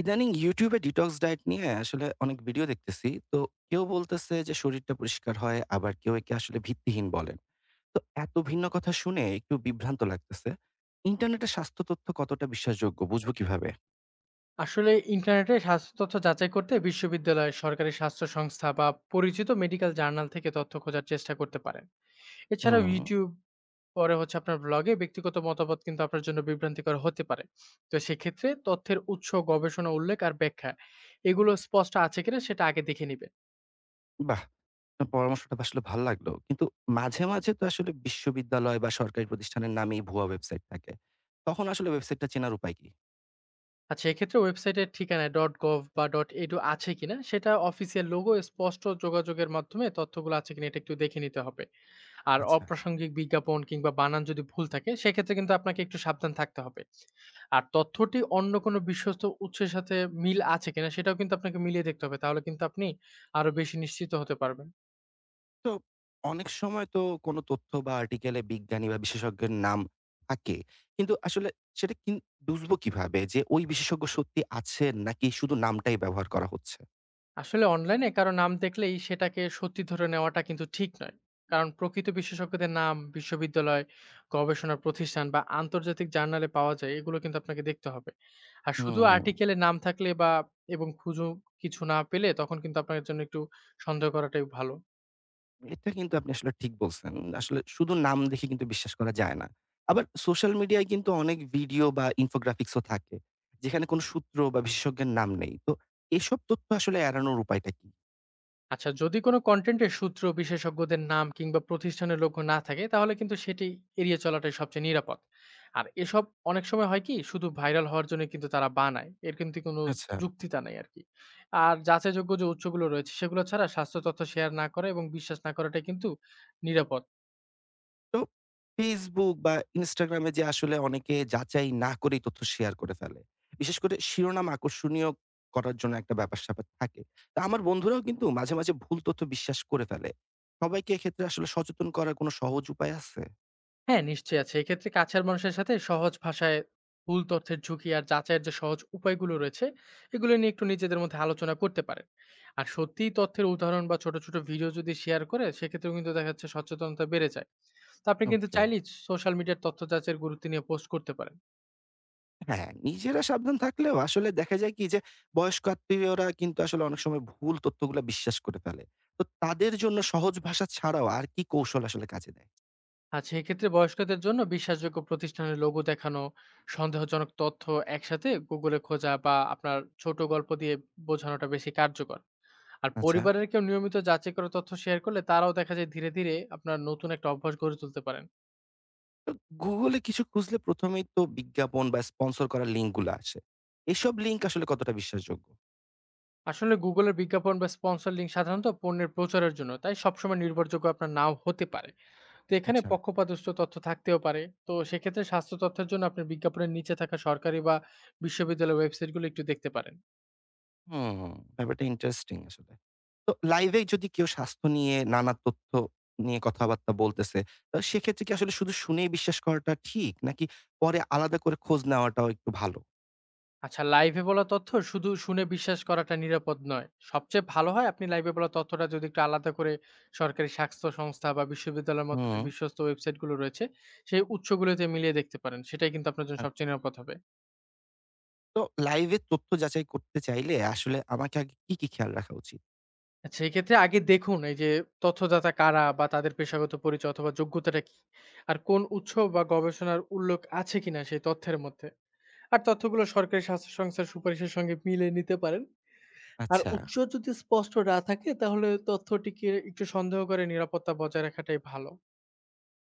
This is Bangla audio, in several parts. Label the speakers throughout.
Speaker 1: ইদানিং YouTube এ ডিটক্স ডায়েট নিয়ে আসলে অনেক ভিডিও দেখতেছি। তো কেউ বলতেছে যে শরীরটা পরিষ্কার হয়, আবার কেউ একে আসলে ভিত্তিহীন বলেন। তো এত ভিন্ন কথা শুনে একটু বিভ্রান্ত লাগতেছে। ইন্টারনেটে স্বাস্থ্য তথ্য কতটা বিশ্বাসযোগ্য বুঝবো কিভাবে?
Speaker 2: আসলে ইন্টারনেটে স্বাস্থ্য তথ্য যাচাই করতে বিশ্ববিদ্যালয় সরকারি স্বাস্থ্য সংস্থা বা পরিচিত মেডিকেল জার্নাল থেকে তথ্য খোঁজার চেষ্টা করতে পারেন। এছাড়াও
Speaker 1: হুম,
Speaker 2: ইউটিউব পরে হচ্ছে আপনার ব্লগে ব্যক্তিগত মতামত কিন্তু আপনার জন্য বিভ্রান্তিকর হতে পারে। তো সেক্ষেত্রে তথ্যের উৎস, গবেষণা উল্লেখ আর ব্যাখ্যা এগুলো স্পষ্ট আছে কিনা সেটা আগে দেখে নিবেন।
Speaker 1: বাহ! আপনার পরামর্শটা আসলে ভাল লাগলো। কিন্তু মাঝে, মাঝে তো আসলে বিশ্ববিদ্যালয় বা সরকারি প্রতিষ্ঠানের নামেই ভুয়া ওয়েবসাইট থাকে। তখন আসলে ওয়েবসাইটটা চেনার উপায় কি?
Speaker 2: আচ্ছা, এক্ষেত্রে ওয়েবসাইটের ঠিকানা ডট গভ বা ডট এডু আছে কিনা, সেটা অফিসিয়াল লোগো, স্পষ্ট যোগাযোগের মাধ্যমে তথ্যগুলো আছে কিনা, এটা একটু দেখে নিতে হবে। আর
Speaker 1: আচ্ছা।
Speaker 2: অপ্রাসঙ্গিক বিজ্ঞাপন কিংবা বানান যদি ভুল থাকে সেক্ষেত্রে কিন্তু আপনাকে একটু সাবধান থাকতে হবে। আর তথ্যটি অন্য কোনো বিশ্বস্ত উৎসের সাথে মিল আছে কিনা সেটাও কিন্তু আপনাকে মিলিয়ে দেখতে হবে। তাহলে কিন্তু আপনি আরো বেশি নিশ্চিত হতে পারবেন।
Speaker 1: তো অনেক সময় তো কোনো তথ্য বা আর্টিকেলে বিজ্ঞানী বা বিশেষজ্ঞের নাম থাকে। কিন্তু আসলে সেটা বুঝবো কিভাবে যে ওই বিশেষজ্ঞ সত্যি আছে নাকি শুধু নামটাই ব্যবহার করা হচ্ছে?
Speaker 2: আসলে অনলাইনে কারো নাম দেখলেই সেটাকে সত্যি ধরে নেওয়াটা কিন্তু ঠিক নয়। কারণ প্রকৃত বিশেষজ্ঞদের নাম বিশ্ববিদ্যালয়, গবেষণা প্রতিষ্ঠান বা আন্তর্জাতিক জার্নালে পাওয়া যায়, এগুলো কিন্তু আপনাকে দেখতে হবে। আর শুধু
Speaker 1: হুম,
Speaker 2: আর্টিকেলে নাম থাকলে বা এবং খুঁজো কিছু না পেলে তখন কিন্তু আপনার জন্য একটু সন্দেহ করাটাই ভালো।
Speaker 1: এটা কিন্তু আপনি আসলে ঠিক বলছেন। আসলে শুধু নাম দেখে কিন্তু বিশ্বাস করা যায় না। আবার সোশ্যাল মিডিয়ায় কিন্তু অনেক ভিডিও বা ইনফোগ্রাফিক্স ও থাকে। যেখানে কোনো সূত্র বা বিশেষজ্ঞের নাম নেই। তো এসব তথ্য আসলে এড়ানোর উপায়টা কি?
Speaker 2: আচ্ছা, যদি কোনো কনটেন্টের সূত্র, বিশেষজ্ঞদের নাম কিংবা প্রতিষ্ঠানের লোগো না থাকে তাহলে কিন্তু সেটি এড়িয়ে চলাটাই সবচেয়ে নিরাপদ। আর এসব অনেক সময় হয় কি শুধু ভাইরাল হওয়ার জন্য কিন্তু তারা বানায়। এর কিন্তু কোনো
Speaker 1: আচ্ছা।
Speaker 2: যুক্তিতা নাই আরকি। আর যাচাইযোগ্য যে উৎসগুলো রয়েছে সেগুলো ছাড়া স্বাস্থ্য তথ্য শেয়ার না করা এবং বিশ্বাস না করাটাই কিন্তু নিরাপদ।
Speaker 1: তো Facebook বা Instagram এ যে আসলে অনেকে যাচাই না করেই তথ্য শেয়ার করে ফেলে। বিশেষ করে শিরোনাম আকর্ষণীয় করার জন্য একটা ব্যাপার-স্যাপার থাকে। তো আমার বন্ধুরাও কিন্তু মাঝে, মাঝে ভুল তথ্য বিশ্বাস করে ফেলে। সবাইকে এক্ষেত্রে আসলে সচেতন করার কোনো সহজ উপায় আছে?
Speaker 2: হ্যাঁ, নিশ্চয়ই আছে। এক্ষেত্রে কাছের মানুষের সাথে সহজ ভাষায় ভুল তথ্যের ঝুঁকি আর যাচাইয়ের যে সহজ উপায়গুলো রয়েছে, এগুলো নিয়ে একটু নিজেদের মধ্যে আলোচনা করতে পারেন। আর সত্যিই তথ্যের উদাহরণ বা ছোট, ছোট ভিডিও যদি শেয়ার করে, সেক্ষেত্রেও কিন্তু দেখা যাচ্ছে সচেতনতা বেড়ে যায়। তো আপনি কিন্তু
Speaker 1: ওকে।
Speaker 2: চাইলেই সোশ্যাল মিডিয়ার তথ্য যাচাইয়ের গুরুত্ব নিয়ে পোস্ট করতে পারেন।
Speaker 1: হ্যাঁ, নিজেরা সাবধান থাকলেও আসলে দেখা যায় কি যে বয়স্ক আত্মীয়রা কিন্তু আসলে অনেক সময় ভুল তথ্যগুলা বিশ্বাস করে ফেলে। তো তাদের জন্য সহজ ভাষা ছাড়াও আর কি কৌশল আসলে কাজে দেয়?
Speaker 2: আর সেক্ষেত্রে বয়স্কদের জন্য বিশ্বাসযোগ্য প্রতিষ্ঠানের লোগো দেখানো, সন্দেহজনক তথ্য একসাথে Google এ খোঁজা বা আপনার ছোট গল্প দিয়ে বোঝানোটা বেশি কার্যকর। আর
Speaker 1: আচ্ছা।
Speaker 2: পরিবারের কেউ নিয়মিত যাচাই করা তথ্য শেয়ার করলে তারাও দেখা যায় ধীরে ধীরে আপনার নতুন একটা অভ্যাস গড়ে তুলতে পারেন।
Speaker 1: Google এ কিছু খুঁজলে ১ম এই তো বিজ্ঞাপন বা স্পন্সর করা লিঙ্ক গুলা আসে। এসব লিঙ্ক আসলে কতটা বিশ্বাসযোগ্য?
Speaker 2: আসলে গুগলের বিজ্ঞাপন বা স্পন্সর লিঙ্ক সাধারণত পণ্যের প্রচারের জন্য, তাই সবসময় নির্ভরযোগ্য আপনার নাও হতে পারে। তো এখানে
Speaker 1: আচ্ছা।
Speaker 2: পক্ষপাতস্থ তথ্য থাকতেও পারে। তো সেক্ষেত্রে স্বাস্থ্য তথ্যের জন্য আপনি বিজ্ঞাপনের নিচে থাকা সরকারি বা বিশ্ববিদ্যালয়ের ওয়েবসাইটগুলো একটু দেখতে পারেন।
Speaker 1: হুম, ব্যাপারটা ইন্টারেস্টিং আসলে। তো লাইভে যদি কেউ স্বাস্থ্য নিয়ে নানা তথ্য নিয়ে কথাবার্তা বলতেছে, তো সেক্ষেত্রে কি আসলে শুধু শুনেই বিশ্বাস করাটা ঠিক? নাকি পরে আলাদা করে খোঁজ নেওয়াটাও একটু ভালো?
Speaker 2: আচ্ছা, লাইভে বলা তথ্য শুধু শুনে বিশ্বাস করাটা নিরাপদ নয়। সবচেয়ে ভালো হয় আপনি লাইভে বলা তথ্যটা যদি একটু আলাদা করে সরকারি স্বাস্থ্য সংস্থা বা বিশ্ববিদ্যালয়ের মতো যে
Speaker 1: হুম।
Speaker 2: বিশ্বস্ত ওয়েবসাইটগুলো রয়েছে, সেই উৎসগুলোতে মিলিয়ে দেখতে পারেন। সেটাই কিন্তু আপনার জন্য
Speaker 1: আ
Speaker 2: সবচেয়ে নিরাপদ হবে।
Speaker 1: তো লাইভে তথ্য যাচাই করতে চাইলে আসলে আমাকে আগে কি, কি খেয়াল রাখা উচিত?
Speaker 2: আচ্ছা, এক্ষেত্রে আগে দেখুন এই যে তথ্যদাতা কারা বা তাদের পেশাগত পরিচয় অথবা যোগ্যতাটা কি? আর কোন উৎস বা গবেষণার উল্লেখ আছে কিনা সেই তথ্যের মধ্যে? আর তথ্যগুলো সরকারি স্বাস্থ্য সংস্থার সুপারিশের সঙ্গে মিলিয়ে নিতে পারেন। আর
Speaker 1: আচ্ছা।
Speaker 2: উৎস যদি স্পষ্ট না থাকে তাহলে তথ্যটিকে একটু সন্দেহ করে নিরাপত্তা বজায় রাখাটাই ভালো।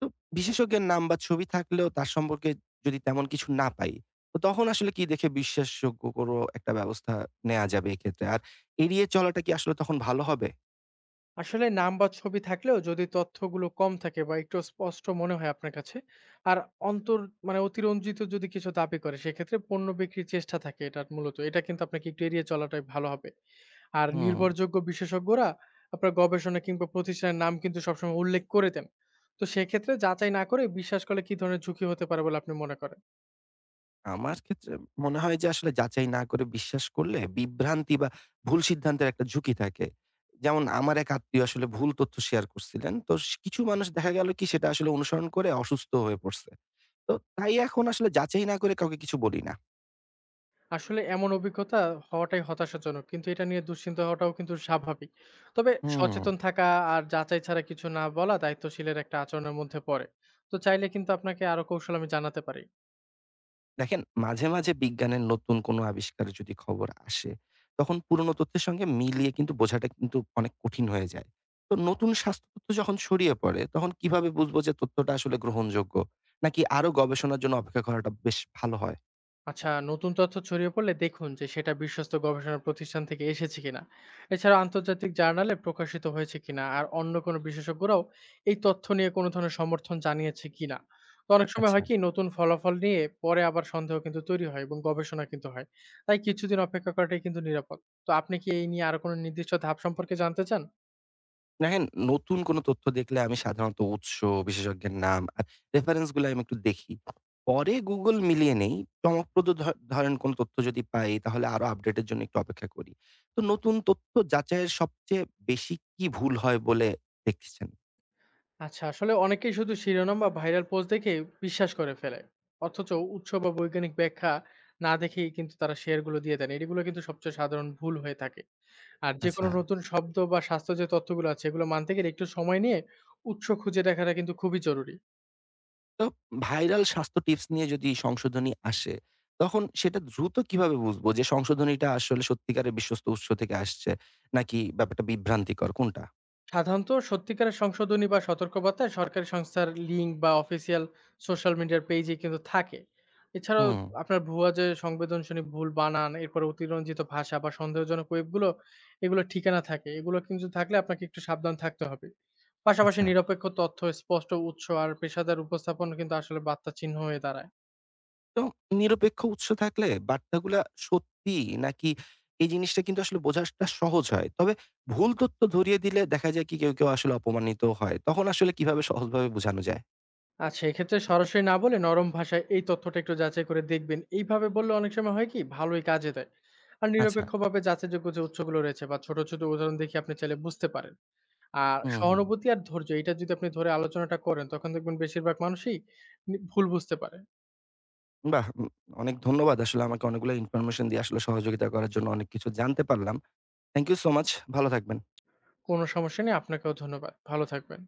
Speaker 1: তো বিশেষজ্ঞের নাম বা ছবি থাকলেও তার সম্পর্কে যদি তেমন কিছু না পাই, তো তখন আসলে কি দেখে বিশ্বাসযোগ্য কোনো একটা ব্যবস্থা নেয়া যাবে এক্ষেত্রে? আর এড়িয়ে চলাটা কি আসলে তখন ভালো হবে?
Speaker 2: আসলে নাম বা ছবি থাকলেও যদি তথ্যগুলো কম থাকে বা একটু স্পষ্ট মনে হয় আপনার কাছে, আর অন্তর মানে অতিরঞ্জিত যদি কিছু দাবি করে সেক্ষেত্রে পণ্য বিক্রির চেষ্টা থাকে এটার মূলত। এটা কিন্তু আপনাকে একটু এড়িয়ে চলাটাই ভালো হবে। আর
Speaker 1: হুম,
Speaker 2: নির্ভরযোগ্য বিশেষজ্ঞরা আপনার গবেষণা কিংবা প্রতিষ্ঠানের নাম কিন্তু সবসময় উল্লেখ করে দেন। তো সেক্ষেত্রে যাচাই না করে বিশ্বাস করলে কি ধরনের ঝুঁকি হতে পারে বলে আপনি মনে করেন?
Speaker 1: আমার ক্ষেত্রে মনে হয় যে আসলে যাচাই না করে বিশ্বাস করলে বিভ্রান্তি বা ভুল সিদ্ধান্তের একটা ঝুঁকি থাকে। যেমন আমার এক আত্মীয় আসলে ভুল তথ্য শেয়ার করছিলেন। তো কিছু মানুষ দেখা গেল কি সেটা আসলে অনুসরণ করে অসুস্থ হয়ে পড়ছে। তো তাই এখন আসলে যাচাই না করে কাউকে কিছু বলি না।
Speaker 2: আসলে এমন অভিজ্ঞতা হওয়াটাই হতাশাজনক। কিন্তু এটা নিয়ে দুশ্চিন্তা হওয়াটাও কিন্তু স্বাভাবিক। তবে
Speaker 1: হুম।
Speaker 2: সচেতন থাকা আর যাচাই ছাড়া কিছু না বলা দায়িত্বশীলের একটা আচরণের মধ্যে পড়ে। তো চাইলে কিন্তু আপনাকে আরো কৌশল আমি জানাতে পারি।
Speaker 1: দেখেন মাঝে, মাঝে বিজ্ঞানের নতুন কোনো আবিষ্কার যদি খবর আসে, তখন পুরনো তথ্যের সঙ্গে মিলিয়ে কিন্তু বোঝাটা কিন্তু অনেক কঠিন হয়ে যায়। তো নতুন স্বাস্থ্য তথ্য যখন ছড়িয়ে পড়ে, তখন কিভাবে বুঝবো যে তথ্যটা আসলে গ্রহণযোগ্য? নাকি আরো গবেষণার জন্য অপেক্ষা করাটা বেশ ভালো হয়?
Speaker 2: আচ্ছা, নতুন তথ্য ছড়িয়ে পড়লে দেখুন যে সেটা বিশ্বস্ত গবেষণা প্রতিষ্ঠান থেকে এসেছে কিনা। এছাড়া আন্তর্জাতিক জার্নালে প্রকাশিত হয়েছে কিনা আর অন্য কোনো বিশেষজ্ঞরাও এই তথ্য নিয়ে কোনো ধরনের সমর্থন জানিয়েছে কিনা। তো অনেক সময়
Speaker 1: আচ্ছা।
Speaker 2: হয় কি নতুন ফলাফল নিয়ে পরে আবার সন্দেহ কিন্তু তৈরি হয় এবং গবেষণা কিন্তু হয়। তাই কিছুদিন অপেক্ষা করাটাই কিন্তু নিরাপদ। তো আপনি কি এই নিয়ে আরো কোনো নির্দিষ্ট ধাপ সম্পর্কে জানতে চান?
Speaker 1: দেখেন, নতুন কোনো তথ্য দেখলে আমি সাধারণত উৎস, বিশেষজ্ঞের নাম আর রেফারেন্স গুলো আমি একটু দেখি। পরে Google মিলিয়ে নেই। চমকপ্রদ ধ ধরেন কোনো তথ্য যদি পাই তাহলে আরো আপডেটের জন্য একটু অপেক্ষা করি। তো নতুন তথ্য যাচাইয়ের সবচেয়ে বেশি কি ভুল হয় বলে দেখছেন?
Speaker 2: আচ্ছা, আসলে অনেকেই শুধু শিরোনাম বা ভাইরাল পোস্ট দেখে বিশ্বাস করে ফেলে, অথচ উৎস বা বৈজ্ঞানিক ব্যাখ্যা না দেখেই কিন্তু তারা শেয়ারগুলো দিয়ে দেন। এগুলো কিন্তু সবচেয়ে সাধারণ ভুল হয়ে থাকে। আর যে কোনো
Speaker 1: আচ্ছা।
Speaker 2: নতুন শব্দ বা স্বাস্থ্য যে তথ্যগুলো আছে এগুলো মানতে গেলে একটু সময় নিয়ে উৎস খুঁজে দেখাটা কিন্তু খুবই জরুরি।
Speaker 1: তো ভাইরাল স্বাস্থ্য টিপস নিয়ে যদি সংশোধনী আসে, তখন সেটা দ্রুত কিভাবে বুঝবো যে সংশোধনীটা আসলে সত্যিকারের বিশ্বস্ত উৎস থেকে আসছে নাকি ব্যাপারটা বিভ্রান্তিকর কোনটা?
Speaker 2: সাধারণত সত্যিকারের সংশোধনী বা সতর্কবার্তায় সরকারি সংস্থার লিঙ্ক বা অফিসিয়াল সোশ্যাল মিডিয়ার পেজে কিন্তু থাকে। এছাড়াও
Speaker 1: হুম,
Speaker 2: আপনার ভুয়া যে সংবেদনশীল ভুল বানান, এরপর অতিরঞ্জিত ভাষা বা সন্দেহজনক ওয়েবগুলো এগুলো ঠিকানা থাকে, এগুলো কিন্তু থাকলে আপনাকে একটু সাবধান থাকতে হবে। পাশাপাশি
Speaker 1: আচ্ছা।
Speaker 2: নিরপেক্ষ তথ্য, স্পষ্ট উৎস আর পেশাদার উপস্থাপন কিন্তু আসলে বার্তা চিহ্ন হয়ে দাঁড়ায়।
Speaker 1: তো নিরপেক্ষ উৎস থাকলে বার্তাগুলা সত্যি নাকি এই জিনিসটা কিন্তু আসলে বোঝাটা সহজ হয়। তবে ভুল তথ্য ধরিয়ে দিলে দেখা যায় কি কেউ, কেউ আসলে অপমানিত হয়। তখন আসলে কিভাবে সহজভাবে বোঝানো যায়?
Speaker 2: আচ্ছা, এক্ষেত্রে সরাসরি না বলে নরম ভাষায় এই তথ্যটা একটু যাচাই করে দেখবেন। এইভাবে বললে অনেক সময় হয় কি ভালোই কাজে দেয়। আর
Speaker 1: আচ্ছা।
Speaker 2: নিরপেক্ষভাবে যাচাইযোগ্য যে উৎসগুলো রয়েছে বা ছোট, ছোট উদাহরণ দেখে আপনি চাইলে বুঝতে পারেন। আর
Speaker 1: হুম, হুম।
Speaker 2: সহানুভূতি আর ধৈর্য এটা যদি আপনি ধরে আলোচনাটা করেন তখন দেখবেন বেশিরভাগ মানুষই নি ভুল বুঝতে পারে।
Speaker 1: বাহ! অনেক ধন্যবাদ আসলে আমাকে অনেকগুলো ইনফরমেশন দিয়ে আসলে সহযোগিতা করার জন্য অনেক কিছু জানতে পারলাম। Thank you so much. ভালো থাকবেন।
Speaker 2: কোনো সমস্যা নেই। আপনাকেও ধন্যবাদ। ভালো থাকবেন।